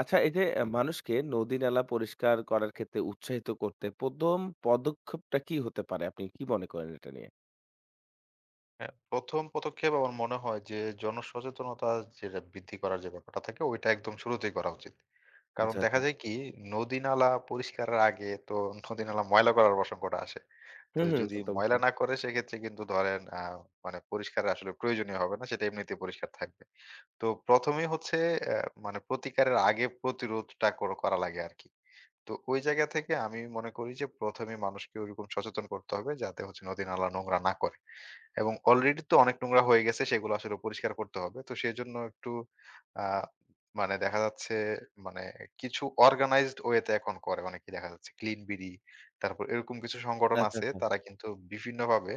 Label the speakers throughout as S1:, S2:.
S1: আচ্ছা, এই যে মানুষকে নদী নালা পরিষ্কার করার ক্ষেত্রে উৎসাহিত করতে প্রথম পদক্ষেপটা কি হতে পারে আপনি কি মনে করেন এটা নিয়ে?
S2: হ্যাঁ, ১ম পদক্ষেপ আমার মনে হয় যে জনসচেতনতা যেটা বৃদ্ধি করার যে ব্যাপারটা থাকে ওইটা একদম শুরুতেই করা উচিত। কারণ
S1: আচ্ছা,
S2: দেখা
S1: আচ্ছা।
S2: যায় কি নদী-নালা পরিষ্কারের আগে তো নদী-নালা ময়লা করার প্রসঙ্গটা আসে। তো
S1: হুম, হুম,
S2: যদি
S1: তা তো
S2: ময়লা
S1: অবশ্যই।
S2: না করে সেক্ষেত্রে কিন্তু ধরেন মানে পরিষ্কারের আসলে প্রয়োজনীয় হবে না। সেটা এমনিতেই পরিষ্কার থাকবে। তো ১ম এই হচ্ছে অ্যা মানে প্রতিকারের আগে প্রতিরোধটা করা লাগে আরকি। তো ওই জায়গা থেকে আমি মনে করি যে ১ম এই মানুষকে ওরকম সচেতন করতে হবে যাতে হচ্ছে নদী-নালা নোংরা না করে। এবং অলরেডি তো অনেক নোংরা হয়ে গেছে সেগুলো আসলে পরিষ্কার করতে হবে। তো সেজন্য একটু আ মানে দেখা যাচ্ছে মানে কিছু অর্গানাইজড ওয়ে তে এখন করে অনেকেই দেখা যাচ্ছে। ক্লিন বিডি তারপর এরকম কিছু সংগঠন
S1: আচ্ছা,
S2: আছে
S1: আচ্ছা।
S2: তারা কিন্তু বিভিন্নভাবে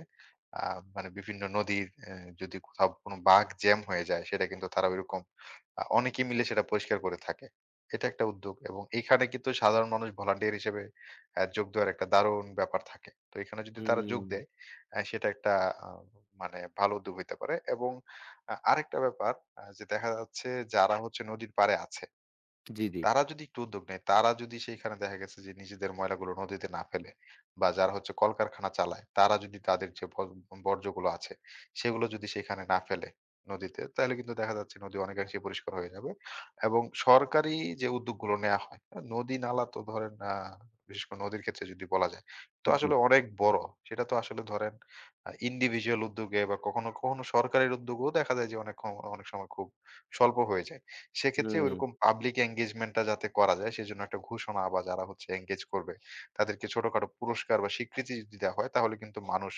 S2: আ মানে বিভিন্ন নদীর যদি কোথাও কোনো বাঁক জ্যাম হয়ে যায় সেটা কিন্তু তারা ওইরকম অনেকে মিলে সেটা পরিষ্কার করে থাকে। এটা একটা উদ্যোগ এবং এখানে কিন্তু সাধারণ মানুষ ভলান্টিয়ার হিসেবে যোগ দেওয়ার একটা দারুণ ব্যাপার থাকে। তো এখানে যদি তারা
S1: হুম।
S2: যোগ দেয় সেটা একটা আ মানে ভালো উদ্যোগ হইতে পারে। এবং আরেকটা ব্যাপার, যে দেখা যাচ্ছে যারা হচ্ছে নদীর পাড়ে আছে
S1: জি, জি,
S2: তারা যদি একটু উদ্যোগ নেয়, তারা যদি সেইখানে দেখা গেছে যে নিজেদের ময়লাগুলো নদীতে না ফেলে বা যারা হচ্ছে কলকারখানা চালায় তারা যদি তাদের যে বর্জ্যগুলো আছে সেগুলো যদি সেখানে না ফেলে নদীতে, তাহলে কিন্তু দেখা যাচ্ছে নদী অনেকাংশে পরিষ্কার হয়ে যাবে। এবং সরকারি যে উদ্যোগগুলো নেওয়া হয়, হ্যাঁ, নদী নালা তো ধরেন বিশেষ করে নদীর ক্ষেত্রে যদি বলা যায়, তো
S1: জি।
S2: আসলে অনেক বড়। সেটা তো আসলে ধরেন ইন্ডিভিজুয়াল উদ্যোগে বা কখনো কখনো সরকারের উদ্যোগেও দেখা যায় যে অনেক অনেক সময় খুব স্বল্প হয়ে যায়। সেক্ষেত্রে
S1: হুম।
S2: ওইরকম পাবলিক engagement টা যাতে করা যায় সেজন্য একটা ঘোষণা বা যারা হচ্ছে engage করবে তাদেরকে ছোটখাটো পুরস্কার বা স্বীকৃতি যদি দেওয়া হয় তাহলে কিন্তু মানুষ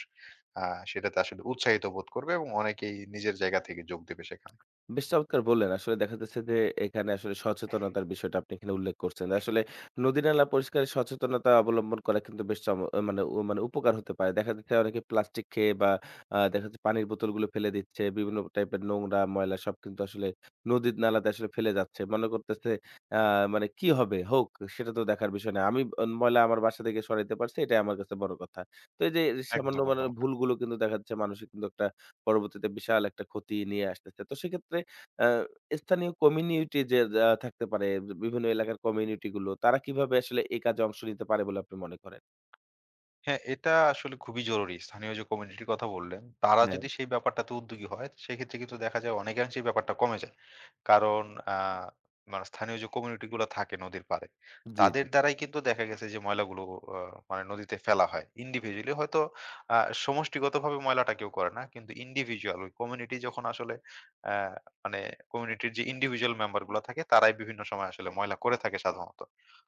S2: সেটাতে আসলে উৎসাহিত বোধ করবে এবং অনেকেই নিজের জায়গা থেকে যোগ দেবে সেখানে।
S1: বেশ চমৎকার বললেন। আসলে দেখা যাচ্ছে যে এখানে আসলে সচেতনতার বিষয়টা আপনি এখানে উল্লেখ করছেন। আসলে নদী-নালা পরিষ্কারের সচেতনতা অবলম্বন করা কিন্তু বেশ চম আ মানে উ মানে উপকার হতে পারে। দেখা যাচ্ছে অনেকে প্লাস্টিক খেয়ে বা দেখা যাচ্ছে পানির বোতলগুলো ফেলে দিচ্ছে। বিভিন্ন টাইপের নোংরা, ময়লা সব কিন্তু আসলে নদীর নালাতে আসলে ফেলে যাচ্ছে। মনে করতেছে আ মানে কি হবে? হোক, সেটা তো দেখার বিষয় না। আমি অন ময়লা আমার বাসা থেকে সরাইতে পারছি এটাই আমার কাছে বড় কথা। তো এই যে সামান্য
S2: একদম,
S1: মানে
S2: একদম।
S1: ভুলগুলো কিন্তু দেখা যাচ্ছে মানুষের কিন্তু একটা পরবর্তীতে বিশাল একটা ক্ষতি নিয়ে আসতেছে। তো সেক্ষেত্রে আ স্থানীয় কমিউনিটি যে থাকতে পারে, বিভিন্ন এলাকার কমিউনিটি গুলো, তারা কিভাবে আসলে এই কাজে অংশ নিতে পারে বলে আপনি মনে করেন?
S2: হ্যাঁ, এটা আসলে খুবই জরুরি। স্থানীয় যে কমিউনিটির কথা বললেন, তারা
S1: হ্যাঁ।
S2: যদি সেই ব্যাপারটাতে উদ্যোগী হয়, সেক্ষেত্রে কিন্তু দেখা যায় অনেকাংশেই ব্যাপারটা কমে যায়। কারণ আ মানে স্থানীয় যে কমিউনিটি গুলা থাকে নদীর পাড়ে,
S1: জি,
S2: তাদের
S1: জি।
S2: দ্বারাই কিন্তু দেখা গেছে যে ময়লাগুলো আ মানে নদীতে ফেলা হয়। ইন্ডিভিজুয়ালি হয়তো আ সমষ্টিগতভাবে ময়লাটা কেউ করে না। কিন্তু ইন্ডিভিজুয়াল ওই কমিউনিটি যখন আসলে আ মানে কমিউনিটির যে ইন্ডিভিজুয়াল মেম্বার গুলা থাকে, তারাই বিভিন্ন সময় আসলে ময়লা করে থাকে সাধারণত।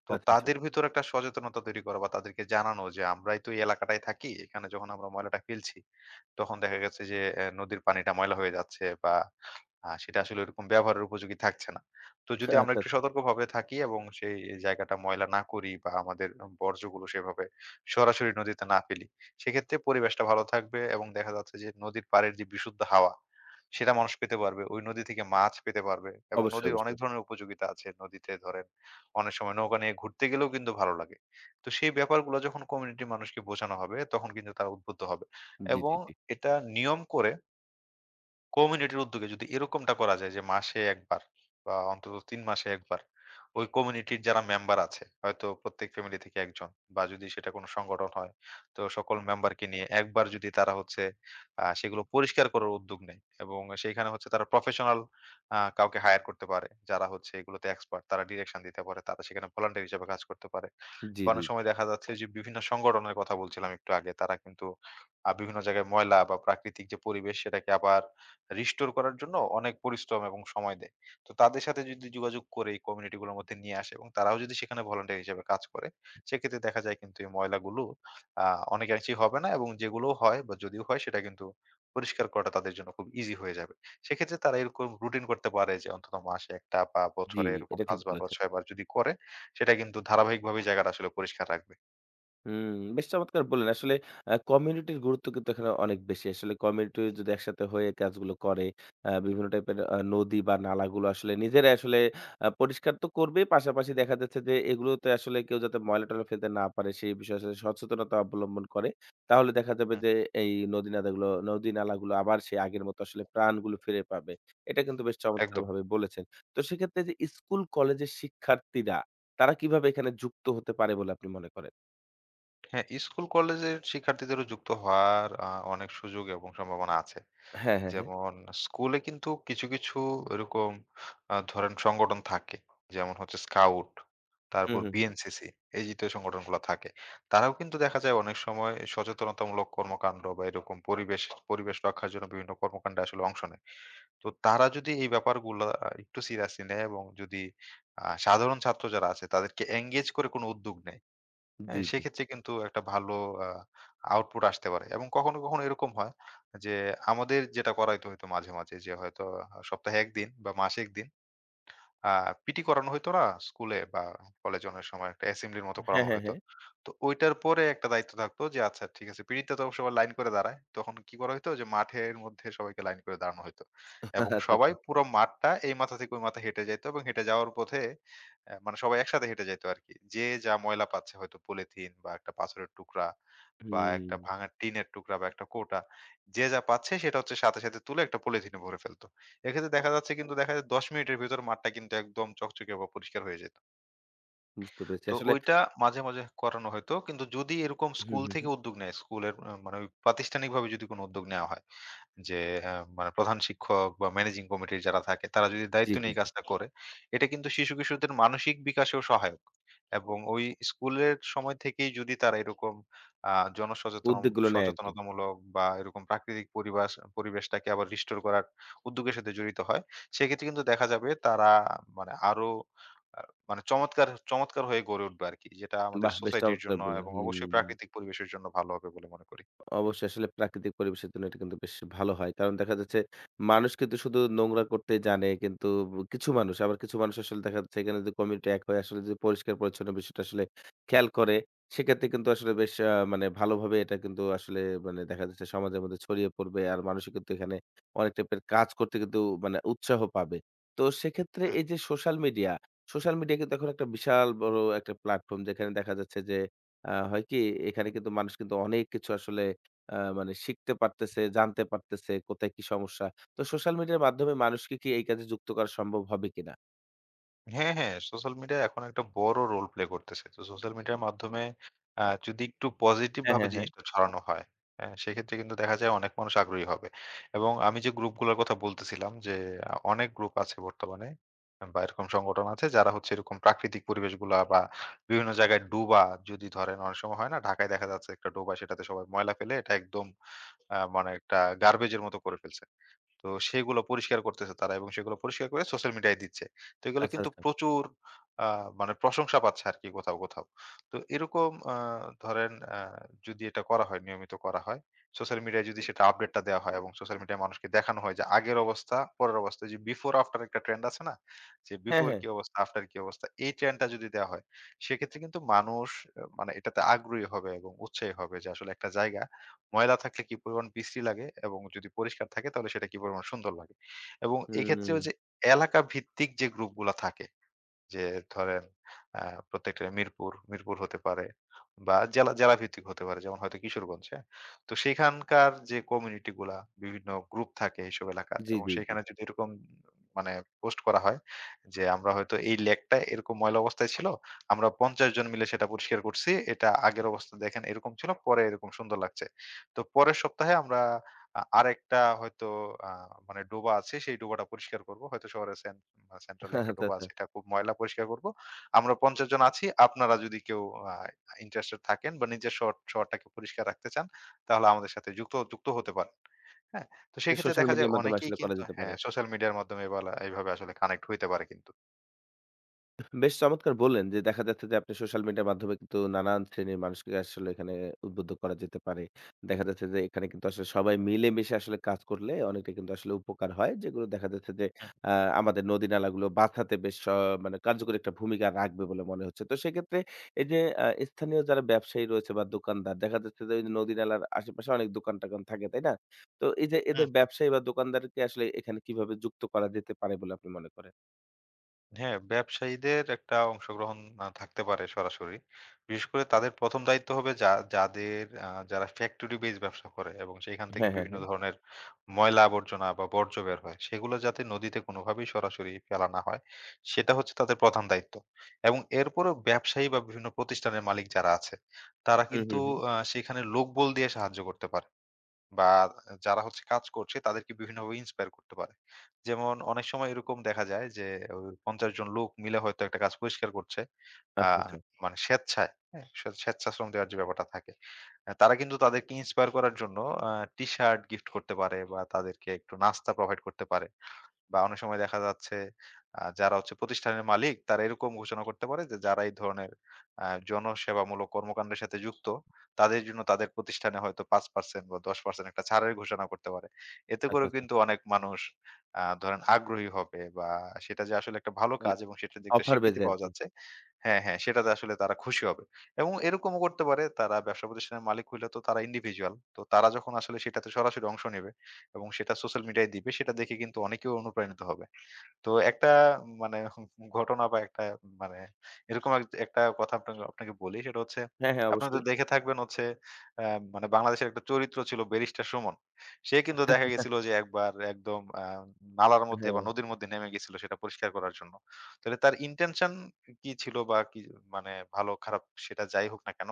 S2: তো
S1: আচ্ছা, আচ্ছা।
S2: তাদের ভিতর একটা সচেতনতা তৈরি করা বা তাদেরকে জানানো যে আমরাই তো এই এলাকাটায় থাকি। এখানে যখন আমরা ময়লাটা ফেলছি, তখন দেখা গেছে যে নদীর পানিটা ময়লা হয়ে যাচ্ছে বা সেটা আসলে ওরকম ব্যবহারের উপযোগী থাকছে না। তো
S1: আচ্ছা,
S2: যদি আমরা
S1: আচ্ছা।
S2: একটু সতর্কভাবে থাকি এবং সেই জায়গাটা ময়লা না করি বা আমাদের বর্জ্যগুলো সেভাবে সরাসরি নদীতে না ফেলি, সেক্ষেত্রে পরিবেশটা ভালো থাকবে এবং দেখা যাচ্ছে যে নদীর পাড়ের যে বিশুদ্ধ হাওয়া, সেটা মানুষ পেতে পারবে। ওই নদী থেকে মাছ পেতে পারবে এবং
S1: অবশ্যই,
S2: নদীর অনেক
S1: অবশ্যই।
S2: ধরনের উপযোগিতা আছে। নদীতে ধরেন অনেক সময় নৌকা নিয়ে ঘুরতে গেলেও কিন্তু ভালো লাগে। তো সেই ব্যাপারগুলো যখন কমিউনিটির মানুষকে বোঝানো হবে, তখন কিন্তু তারা উদ্বুদ্ধ হবে
S1: জি,
S2: এবং
S1: জি, জি।
S2: এটা নিয়ম করে কমিউনিটির উদ্যোগে যদি এরকমটা করা যায় যে মাসে ১ বার বা অন্তত ৩ মাসে ১ বার ওই কমিউনিটির যারা মেম্বার আছে, হয়তো প্রত্যেক ফ্যামিলি থেকে একজন বা যদি সেটা কোনো সংগঠন হয়, তো সকল মেম্বারকে নিয়ে একবার যদি তারা হচ্ছে সেগুলো পরিষ্কার করার উদ্যোগ নেয় এবং সেইখানে হচ্ছে তারা প্রফেশনাল কাউকে হায়ার করতে পারে। যারা হচ্ছে এগুলোতে এক্সপার্ট তারা ডিরেকশন দিতে পারে। তারা সেখানে ভলান্টিয়ার হিসেবে কাজ করতে পারে।
S1: জি,
S2: বা
S1: জি,
S2: অনেক সময় দেখা যাচ্ছে যে বিভিন্ন সংগঠনের কথা বলছিলাম একটু আগে। তারা কিন্তু বিভিন্ন জায়গায় ময়লা বা প্রাকৃতিক যে পরিবেশ সেটাকে আবার রিস্টোর করার জন্য অনেক পরিশ্রম এবং সময় দেয়। তো তাদের সাথে যদি যোগাযোগ করে এই কমিউনিটি গুলোর মধ্যে নিয়ে আসে এবং তারাও যদি সেখানে ভলান্টিয়ার হিসেবে কাজ করে, সেক্ষেত্রে দেখা যায় কিন্তু এই ময়লাগুলো আ অনেকাংশেই হবে না এবং যেগুলোও হয় বা যদিও হয় সেটা কিন্তু পরিষ্কার করাটা তাদের জন্য খুব ইজি হয়ে যাবে। সেক্ষেত্রে তারা এরকম রুটিন করতে পারে যে অন্তত মাসে ১ টা বা
S1: জি।
S2: বছরে এরকম
S1: এটা
S2: ৫
S1: ঠিক
S2: বার বা
S1: বলেছেন।
S2: ৬ বার যদি করে, সেটা কিন্তু ধারাবাহিকভাবে জায়গাটা আসলে পরিষ্কার রাখবে।
S1: হুম। বেশ চমৎকার বললেন। আসলে কমিউনিটির গুরুত্ব কিন্তু এখানে অনেক বেশি। আসলে কমিউনিটি যদি একসাথে হয়ে কাজগুলো করে, বিভিন্ন টাইপের নদী বা নালাগুলো আসলে নিজেরাই আসলে পরিষ্কার তো করবেই, পাশাপাশি দেখা যাচ্ছে যে এগুলোতে আসলে কেউ যাতে ময়লা-টয়লা ফেলতে না পারে, সেই বিষয়ে আসলে সচেতনতা অবলম্বন করে। তাহলে দেখা যাবে
S2: হুম,
S1: যে এই নদী-নালাগুলো আবার সেই আগের মতো আসলে প্রাণগুলো ফিরে পাবে। এটা কিন্তু বেশ
S2: একদম।
S1: চমৎকারভাবে বলেছেন। তো সেক্ষেত্রে যে স্কুল, কলেজের শিক্ষার্থীরা, তারা কিভাবে এখানে যুক্ত হতে পারে বলে আপনি মনে করেন?
S2: হ্যাঁ, স্কুল কলেজের শিক্ষার্থীদেরও যুক্ত হওয়ার অনেক সুযোগ এবং সম্ভাবনা আছে।
S1: হ্যাঁ, হ্যাঁ, হ্যাঁ।
S2: যেমন স্কুলে কিন্তু কিছু এরকম ধরেন সংগঠন থাকে। যেমন হচ্ছে স্কাউট,
S1: হুম,
S2: তারপর
S1: হুম, হুম।
S2: বিএনসিসি এই জাতীয় সংগঠনগুলা থাকে। তারাও কিন্তু দেখা যায় অনেক সময় সচেতনতামূলক কর্মকাণ্ড বা এরকম পরিবেশ পরিবেশ রক্ষার জন্য বিভিন্ন কর্মকাণ্ডে আসলে অংশ নেয়। তো তারা যদি এই ব্যাপারগুলা একটু সিরিয়াসলি নেয় এবং যদি সাধারণ ছাত্র যারা আছে তাদেরকে এনগেজ করে কোনো উদ্যোগ নেয়, হ্যাঁ,
S1: জি, জি।
S2: সেক্ষেত্রে কিন্তু একটা ভালো আ আউটপুট আসতে পারে। এবং কখনো, কখনো এরকম হয় যে আমাদের যেটা করাইতে হইতো মাঝে, মাঝে যে হয়তো সপ্তাহে ১ দিন বা মাসে ১ দিন আ পিটি করানো হইতো না স্কুলে বা কলেজে অনেক সময় একটা অ্যাসেম্বলির মতো
S1: হ্যাঁ,
S2: করানো
S1: হ্যাঁ,
S2: হইতো।
S1: হ্যাঁ।
S2: তো ওইটার পরে একটা দায়িত্ব থাকতো যে আচ্ছা ঠিক আছে পিটিতে তো সবাই লাইন করে দাঁড়ায়। তখন কি করা হইতো যে মাঠের মধ্যে সবাইকে লাইন করে দাঁড়ানো হইতো। এবং
S1: আচ্ছা,
S2: সবাই
S1: আচ্ছা।
S2: পুরো মাঠটা এই মাথা থেকে ওই মাথা হেঁটে যাইত এবং হেঁটে যাওয়ার পথে মানে সবাই একসাথে হেঁটে যাইতো আরকি। যে যা ময়লা পাচ্ছে হয়তো পলিথিন বা একটা পাথরের টুকরা বা
S1: হুম।
S2: একটা ভাঙা টিনের টুকরা বা একটা কৌটা, যে যা পাচ্ছে সেটা হচ্ছে সাথে, সাথে তুলে একটা পলিথিনে ভরে ফেলত। এক্ষেত্রে দেখা যাচ্ছে কিন্তু দেখা যায় ১০ মিনিটের ভেতর মাঠটা কিন্তু একদম চকচকে বা পরিষ্কার হয়ে যেত।
S1: বুঝতে পেরেছি।
S2: তো
S1: আসলে
S2: ওইটা মাঝে, মাঝে করানো হতো। কিন্তু যদি এরকম
S1: হুম,
S2: স্কুল
S1: হুম,
S2: থেকে
S1: হুম।
S2: উদ্যোগ নেয়, স্কুলের মানে ওই প্রাতিষ্ঠানিকভাবে যদি কোনো উদ্যোগ নেওয়া হয়, যে আ মানে প্রধান শিক্ষক বা ম্যানেজিং কমিটির যারা থাকে তারা যদি
S1: জি,
S2: দায়িত্ব
S1: জি,
S2: নিয়ে এই
S1: জি।
S2: কাজটা করে, এটা কিন্তু শিশু-কিশোরদের মানসিক বিকাশেও সহায়ক। এবং ওই স্কুলের সময় থেকেই যদি তারা এরকম আ জনসচেতন
S1: উদ্যোগগুলো নেয় আরকি।
S2: সচেতনতামূলক বা এরকম প্রাকৃতিক পরিবেশটাকে আবার রিস্টোর করার উদ্যোগের সাথে জড়িত হয়, সেক্ষেত্রে কিন্তু দেখা যাবে তারা মানে আরো আ মানে চমৎকার চমৎকার হয়ে গড়ে উঠবে আরকি। যেটা আমাদের
S1: বাহ! বেশ
S2: সোসাইটির
S1: চমৎকার
S2: জন্য
S1: বললেন।
S2: এবং অবশ্যই
S1: হুম।
S2: প্রাকৃতিক পরিবেশের জন্য ভালো হবে বলে মনে করি।
S1: অবশ্যই আসলে প্রাকৃতিক পরিবেশের জন্য এটা কিন্তু বেশ ভালো হয়। কারণ দেখা যাচ্ছে মানুষ কিন্তু শুধু নোংরা করতেই জানে, কিন্তু কিছু মানুষ আবার কিছু মানুষ আসলে দেখা যাচ্ছে এখানে যদি কমিউনিটি এক হয়ে আসলে যদি পরিষ্কার-পরিচ্ছন্ন বিষয়টা আসলে খেয়াল করে, সেক্ষেত্রে কিন্তু আসলে বেশ আ মানে ভালোভাবে এটা কিন্তু আসলে মানে দেখা যাচ্ছে সমাজের মধ্যে ছড়িয়ে পড়বে। আর মানুষও কিন্তু এখানে অনেক টাইপের কাজ করতে কিন্তু মানে উৎসাহ পাবে। তো সেক্ষেত্রে এই যে সোশ্যাল মিডিয়া, সোশ্যাল মিডিয়া কিন্তু এখন একটা বিশাল বড় একটা প্ল্যাটফর্ম যেখানে দেখা যাচ্ছে যে হয় কি এখানে কিন্তু মানুষ কিন্তু অনেক কিছু আসলে মানে শিখতে পারতেছে, জানতে পারতেছে কোথায় কি সমস্যা। তো সোশ্যাল মিডিয়ার মাধ্যমে মানুষকে কি এই কাজে যুক্ত করা সম্ভব হবে কিনা?
S2: হ্যাঁ, হ্যাঁ। সোশ্যাল মিডিয়া এখন একটা বড় রোল প্লে করতেছে। তো সোশ্যাল মিডিয়ার মাধ্যমে যদি একটু পজিটিভ
S1: হ্যাঁ,
S2: ভাবে
S1: হ্যাঁ, হ্যাঁ।
S2: জিনিসটা ছড়ানো হয়, হ্যাঁ? সেক্ষেত্রে কিন্তু দেখা যায় অনেক মানুষ আগ্রহী হবে। এবং আমি যে গ্রুপগুলোর কথা বলতেছিলাম যে অনেক গ্রুপ আছে বর্তমানে বা এরকম সংগঠন আছে যারা হচ্ছে এরকম প্রাকৃতিক পরিবেশগুলা বা বিভিন্ন জায়গায় ডোবা, যদি ধরেন অনেক সময় হয় না? ঢাকায় দেখা যাচ্ছে একটা ডোবা সেটাতে সবাই ময়লা ফেলে এটা একদম মানে একটা গার্বেজ এর মতো করে ফেলছে। তো সেগুলো পরিষ্কার করতেছে তারা এবং সেগুলো পরিষ্কার করে সোশ্যাল মিডিয়ায় দিচ্ছে। তো এগুলো
S1: আচ্ছা,
S2: কিন্তু
S1: আচ্ছা।
S2: প্রচুর আ মানে প্রশংসা পাচ্ছে আরকি কোথাও, কোথাও। তো এরকম ধরেন যদি এটা করা হয়, নিয়মিত করা হয়, সোশ্যাল মিডিয়ায় যদি সেটা আপডেটটা দেওয়া হয় এবং সোশ্যাল মিডিয়ায় মানুষকে দেখানো হয় যে আগের অবস্থা, পরের অবস্থা, যে বিফোর আফটার একটা ট্রেন্ড আছে না? যে
S1: হ্যাঁ,
S2: বিফোর
S1: হ্যাঁ।
S2: কি অবস্থা, আফটার কি অবস্থা? এই ট্রেন্ডটা যদি দেওয়া হয়, সেক্ষেত্রে কিন্তু মানুষ মানে এটাতে আগ্রহী হবে এবং উৎসাহী হবে যে আসলে একটা জায়গা ময়লা থাকলে কি পরিমাণ বিশ্রী লাগে এবং যদি পরিষ্কার থাকে তাহলে সেটা কি পরিমাণ সুন্দর লাগে। এবং
S1: হুম।
S2: এক্ষেত্রেও যে এলাকা ভিত্তিক যে গ্রুপগুলা থাকে, যে ধরেন আ প্রত্যেকটা মিরপুর হতে পারে বা জেলা, জেলাভিত্তিক হতে পারে। যেমন হয়তো কিশোরগঞ্জ, হ্যাঁ? তো সেখানকার যে কমিউনিটি গুলা বিভিন্ন গ্রুপ থাকে এইসব এলাকার
S1: জি,
S2: এবং
S1: জি, জি।
S2: সেখানে যদি এরকম মানে পোস্ট করা হয় যে, "আমরা হয়তো এই লেকটা এরকম ময়লা অবস্থায় ছিল। আমরা ৫০ জন মিলে সেটা পরিষ্কার করছি। এটা আগের অবস্থা দেখেন এরকম ছিল, পরে এরকম সুন্দর লাগছে। তো পরের সপ্তাহে আমরা আরেকটা হয়তো আ মানে ডোবা আছে, সেই ডোবাটা পরিষ্কার করব। হয়তো শহরে সেন্ট্রাল একটা
S1: আচ্ছা,
S2: ডোবা
S1: আচ্ছা।
S2: আছে। এটা খুব ময়লা পরিষ্কার করব। আমরা ৫০ জন আছি। আপনারা যদি কেউ আ ইন্টারেস্টেড থাকেন বা নিজের শহরটাকে পরিষ্কার রাখতে চান, তাহলে আমাদের সাথে যুক্ত যুক্ত হতে পারেন। হ্যাঁ?" তো সেক্ষেত্রে
S1: সোশ্যাল
S2: দেখা যায়
S1: মিডিয়ার মাধ্যমে
S2: অনেকেই
S1: আসলে করা
S2: কিন্তু,
S1: যেতে
S2: হ্যাঁ,
S1: পারে।
S2: সোশ্যাল মিডিয়ার মাধ্যমে এভাবে আসলে কানেক্ট হইতে পারে কিন্তু।
S1: বেশ চমৎকার বললেন যে দেখা যাচ্ছে যে আপনি সোশ্যাল মিডিয়ার মাধ্যমে কিন্তু নানান শ্রেণীর মানুষকে আসলে এখানে উদ্বুদ্ধ করা যেতে পারে। দেখা যাচ্ছে যে এখানে কিন্তু আসলে সবাই মিলেমিশে আসলে কাজ করলে অনেকটা কিন্তু আসলে উপকার হয়। যেগুলো দেখা যাচ্ছে যে
S2: হুম,
S1: আ আমাদের নদী-নালাগুলো বাঁচাতে বেশ স মানে কার্যকরী একটা ভূমিকা রাখবে বলে মনে হচ্ছে। তো সেক্ষেত্রে এই যে স্থানীয় যারা ব্যবসায়ী রয়েছে বা দোকানদার দেখা যাচ্ছে যে ওই যে নদী-নালার আশেপাশে অনেক দোকান-টোকান থাকে, তাই না? তো এই যে
S2: হুম,
S1: এদের
S2: হুম।
S1: ব্যবসায়ী বা দোকানদারকে আসলে এখানে কিভাবে যুক্ত করা যেতে পারে বলে আপনি মনে করেন?
S2: হ্যাঁ, ব্যবসায়ীদের একটা অংশগ্রহণ থাকতে পারে সরাসরি। বিশেষ করে তাদের ১ম দায়িত্ব হবে, যাদের যারা ফ্যাক্টরি বেইস ব্যবসা করে এবং সেখান থেকে
S1: হ্যাঁ, হ্যাঁ,
S2: বিভিন্ন
S1: হ্যাঁ।
S2: ধরনের ময়লা আবর্জনা বা বর্জ্য বের হয়, সেগুলো যাতে নদীতে কোনোভাবেই সরাসরি ফেলা না হয়, সেটা হচ্ছে তাদের প্রধান দায়িত্ব। এবং এরপরেও ব্যবসায়ী বা বিভিন্ন প্রতিষ্ঠানের মালিক যারা আছে, তারা
S1: হু, হু,
S2: কিন্তু
S1: হু।
S2: সেখানে লোকবল দিয়ে সাহায্য করতে পারে। বা যারা হচ্ছে কাজ করছে তাদেরকে বিভিন্নভাবে ইন্সপায়ার করতে পারে। যেমন অনেক সময় এরকম দেখা যায় যে ওই ৫০ জন লোক মিলে হয়তো একটা কাজ পরিষ্কার করছে। আ
S1: আচ্ছা, আচ্ছা।
S2: মানে স্বেচ্ছায়, হ্যাঁ? স্বেচ্ছাশ্রম দেওয়ার যে ব্যাপারটা থাকে। তারা কিন্তু তাদেরকে ইন্সপায়ার করার জন্য আ টি-শার্ট গিফট করতে পারে বা তাদেরকে একটু নাস্তা প্রোভাইড করতে পারে। বা অনেক সময় দেখা যাচ্ছে যারা হচ্ছে প্রতিষ্ঠানের মালিক তারা এরকম ঘোষণা করতে পারে যে যারা এই ধরনের জনসেবামূলক কর্মকান্ডের সাথে যুক্ত তাদের জন্য তাদের প্রতিষ্ঠানে হয়তো ৫% বা ১০% একটা ছাড়ের ঘোষণা করতে পারে। এতে
S1: আচ্ছা,
S2: করেও
S1: আচ্ছা।
S2: কিন্তু অনেক মানুষ ধরেন আগ্রহী হবে, বা সেটা যে আসলে একটা ভালো
S1: মানে
S2: কাজ এবং সেটার যে একটা
S1: অফার
S2: স্বীকৃতি
S1: বেঁচে
S2: পাওয়া
S1: আরকি।
S2: যাচ্ছে। হ্যাঁ, হ্যাঁ, সেটাতে আসলে তারা খুশি হবে। এবং এরকমও করতে পারে, তারা ব্যবসা প্রতিষ্ঠানের মালিক হইলে তো তারা ইন্ডিভিজুয়াল। তো তারা যখন আসলে সেটাতে সরাসরি অংশ নেবে এবং সেটা সোশ্যাল মিডিয়ায় দিবে, সেটা দেখে কিন্তু অনেকেও অনুপ্রাণিত হবে। তো একটা মানে ঘটনা বা একটা মানে এরকম এক একটা কথা আপনাকে আপনাকে বলি। সেটা হচ্ছে,
S1: হ্যাঁ, হ্যাঁ,
S2: আপনি তো
S1: অবশ্যই।
S2: দেখে থাকবেন হচ্ছে আ মানে বাংলাদেশের একটা চরিত্র ছিল 'ব্যারিস্টার সুমন।' সে কিন্তু দেখা গেছিল যে একবার একদম নালার মধ্যে বা
S1: হ্যাঁ।
S2: নদীর মধ্যে নেমে গেছিল সেটা পরিষ্কার করার জন্য। তাহলে তার ইনটেনশন কি ছিল বা কি, মানে ভালো খারাপ সেটা যাই হোক না কেন,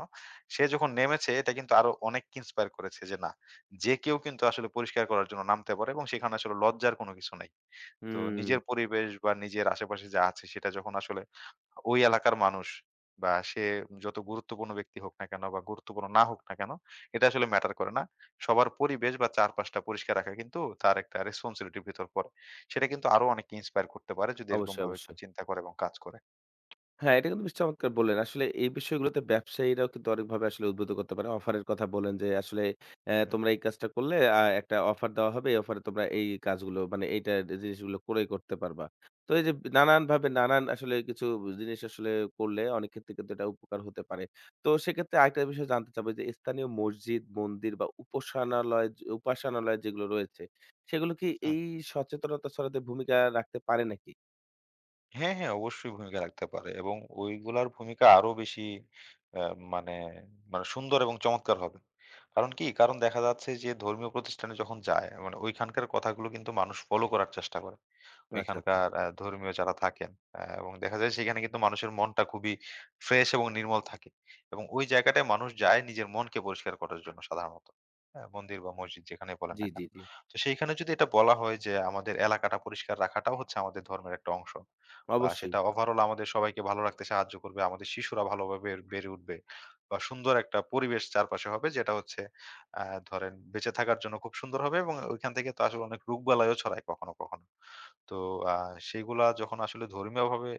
S2: সে যখন নেমেছে এটা কিন্তু আরো অনেককে ইন্সপায়ার করেছে যে না, যে কেউ কিন্তু আসলে পরিষ্কার করার জন্য নামতে পারে এবং সেখানে আসলে লজ্জার কোন কিছু নাই। তো নিজের
S1: হুম।
S2: পরিবেশ বা নিজের আশেপাশে যা আছে, সেটা যখন আসলে ওই এলাকার মানুষ বা সে যত গুরুত্বপূর্ণ ব্যক্তি হোক না কেন বা গুরুত্বপূর্ণ না হোক না কেন, এটা আসলে ম্যাটার করে না। সবার পরিবেশ বা চারপাশটা পরিষ্কার রাখা কিন্তু তার একটা রেসপন্সিবিলিটির ভিতর পড়ে। সেটা কিন্তু আরো অনেককে ইন্সপায়ার করতে পারে, যদি এরকম
S1: অবশ্যই,
S2: ভাবে একটু
S1: অবশ্যই।
S2: চিন্তা করে এবং কাজ করে।
S1: হ্যাঁ, এটা কিন্তু বেশ চমৎকার বললেন। আসলে এই বিষয়গুলোতে ব্যবসায়ীরাও কিন্তু অনেকভাবে আসলে উদ্বুদ্ধ করতে পারে। অফারের কথা বললেন যে আসলে
S2: হুম।
S1: তোমরা এই কাজটা করলে একটা অফার দেওয়া হবে। এই অফারে তোমরা এই কাজগুলো মানে এইটা জিনিসগুলো ক্রয় করতে পারবা। তো এই যে নানানভাবে নানান আসলে কিছু জিনিস আসলে করলে অনেক ক্ষেত্রে কিন্তু এটা উপকার হতে পারে। তো সেক্ষেত্রে আরেকটা বিষয় জানতে চাবো যে স্থানীয় মসজিদ, মন্দির বা উপাসনালয় উপাসনালয় যেগুলো রয়েছে, সেগুলো কি এই সচেতনতা ছড়াতে ভূমিকা রাখতে পারে নাকি?
S2: হ্যাঁ, হ্যাঁ, অবশ্যই ভূমিকা রাখতে পারে এবং ওইগুলার ভূমিকা আরো বেশি আ মানে, মানে সুন্দর এবং চমৎকার হবে। কারণ কি? কারণ দেখা যাচ্ছে যে ধর্মীয় প্রতিষ্ঠানে যখন যায়, মানে ওইখানকার কথাগুলো কিন্তু মানুষ ফলো করার চেষ্টা করে।
S1: আচ্ছা, আচ্ছা।
S2: ওইখানকার ধর্মীয় যারা থাকেন, এবং দেখা যায় সেখানে কিন্তু মানুষের মনটা খুবই ফ্রেশ এবং নির্মল থাকে। এবং ওই জায়গাটায় মানুষ যায় নিজের মনকে পরিষ্কার করার জন্য সাধারণত। হ্যাঁ? মন্দির বা মসজিদ যেখানেই বলেন
S1: জি,
S2: না
S1: জি,
S2: কেন।
S1: জি।
S2: তো সেইখানে যদি এটা বলা হয় যে আমাদের এলাকাটা পরিষ্কার রাখাটাও হচ্ছে আমাদের ধর্মের একটা অংশ। বা
S1: অবশ্যই।
S2: সেটা ওভারঅল আমাদের সবাইকে ভালো রাখতে সাহায্য করবে। আমাদের শিশুরা ভালোভাবে বেড়ে উঠবে। বা সুন্দর একটা পরিবেশ চারপাশে হবে, যেটা হচ্ছে আ ধরেন বেঁচে থাকার জন্য খুব সুন্দর হবে। এবং ওইখান থেকে তো আসলে অনেক রোগবালাইও ছড়ায় কখনো, কখনো। তো আ সেগুলা যখন আসলে ধর্মীয়ভাবে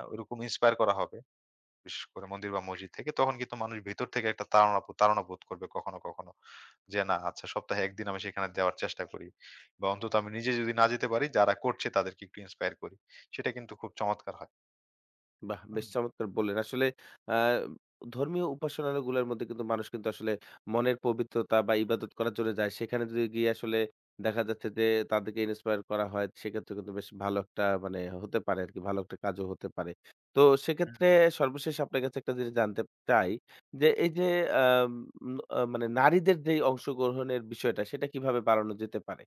S2: ওইরকম ইন্সপায়ার করা হবে, বিশেষ করে মন্দির বা মসজিদ থেকে, তখন কিন্তু মানুষ ভেতর থেকে একটা তাড়না বোধ করবে কখনো, কখনো। যে না, আচ্ছা, সপ্তাহে ১ দিন আমি সেখানে দেওয়ার চেষ্টা করি। বা অন্তত আমি নিজে যদি না যেতে পারি, যারা করছে তাদেরকে একটু ইন্সপায়ার করি। সেটা কিন্তু খুব চমৎকার হয়।
S1: বাহ!
S2: হুম,
S1: বেশ চমৎকার বললেন। আসলে আ ধর্মীয় উপাসনালয়গুলোর মধ্যে কিন্তু মানুষ কিন্তু আসলে মনের পবিত্রতা বা ইবাদত করার জন্য যায়। সেখানে যদি গিয়ে আসলে দেখা যাচ্ছে যে তাদেরকে ইন্সপায়ার করা হয়, সেক্ষেত্রে কিন্তু বেশ ভালো একটা মানে হতে পারে আরকি। ভালো একটা কাজও হতে পারে। তো
S2: হুম,
S1: সেক্ষেত্রে
S2: হুম।
S1: সর্বশেষ আপনার কাছে একটা জিনিস জানতে চাই যে এই যে আম আ মানে নারীদের যেই অংশগ্রহণের বিষয়টা সেটা কিভাবে বাড়ানো যেতে পারে?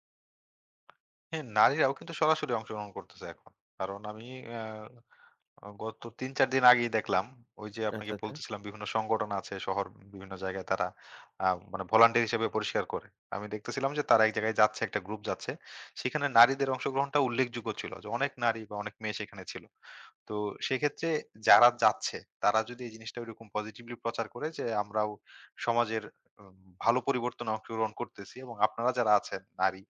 S2: হ্যাঁ, নারীরাও কিন্তু সরাসরি অংশগ্রহণ করতেছে এখন। কারণ আমি গত ৩-৪ দিন আগেই দেখলাম। ওই যে আপনাকে
S1: আচ্ছা, আচ্ছা।
S2: বলতেছিলাম বিভিন্ন সংগঠন আছে শহর বিভিন্ন জায়গায়, তারা আ মানে ভলান্টিয়ার হিসেবে পরিষ্কার করে। আমি দেখতেছিলাম যে তারা এক জায়গায় যাচ্ছে, একটা গ্রুপ যাচ্ছে। সেখানে নারীদের অংশগ্রহণটা উল্লেখযোগ্য ছিল। যে অনেক নারী বা অনেক মেয়ে সেখানে ছিল। তো সেক্ষেত্রে যারা যাচ্ছে, তারা যদি এই জিনিসটা ওইরকম পজিটিভলি প্রচার করে যে আমরাও সমাজের উম ভালো পরিবর্তনে অংশগ্রহণ করতেছি এবং আপনারা যারা আছেন নারী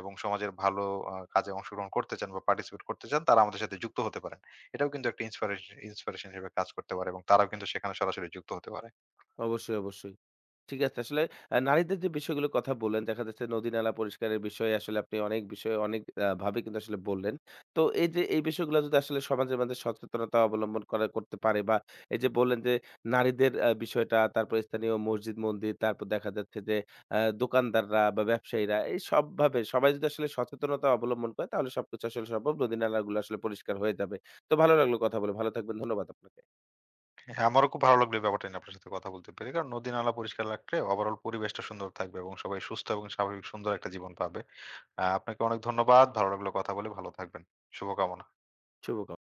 S2: এবং সমাজের ভালো কাজে অংশগ্রহণ করতে চান বা পার্টিসিপেট করতে চান, তারা আমাদের সাথে যুক্ত হতে পারেন। এটাও কিন্তু একটা ইন্সপিরেশন ইন্সপিরেশন হিসেবে কাজ করতে পারে এবং তারাও কিন্তু সেখানে সরাসরি যুক্ত হতে পারে।
S1: অবশ্যই, অবশ্যই। ঠিক আছে। আসলে নারীদের যে বিষয়গুলোর কথা বললেন, দেখা যাচ্ছে নদী-নালা পরিষ্কারের বিষয়ে আসলে আপনি অনেক বিষয়ে অনেক ভাবে কিন্তু আসলে বললেন। তো এই যে এই বিষয়গুলো যদি আসলে সমাজের মধ্যে সচেতনতা অবলম্বন করা করতে পারে বা এই যে বললেন যে নারীদের বিষয়টা, তারপর স্থানীয় মসজিদ, মন্দির, তারপর দেখা যাচ্ছে যে দোকানদাররা বা ব্যবসায়ীরা এই সবভাবে সবাই যদি আসলে সচেতনতা অবলম্বন করে তাহলে সবকিছু আসলে সম্ভব। নদী-নালাগুলো আসলে পরিষ্কার হয়ে যাবে। তো ভালো লাগলো কথা বলে। ভালো থাকবেন। ধন্যবাদ আপনাকে।
S2: হ্যাঁ, আমারও খুব ভালো লাগলো এই ব্যাপারটা নিয়ে আপনার সাথে কথা বলতে পেরে। কারণ নদী-নালা পরিষ্কার রাখলে ওভারঅল পরিবেশটা সুন্দর থাকবে এবং সবাই সুস্থ এবং স্বাভাবিক সুন্দর একটা জীবন পাবে। আপনাকে অনেক ধন্যবাদ। ভালো লাগলো কথা বলে। ভালো থাকবেন। শুভকামনা।
S1: শুভকাম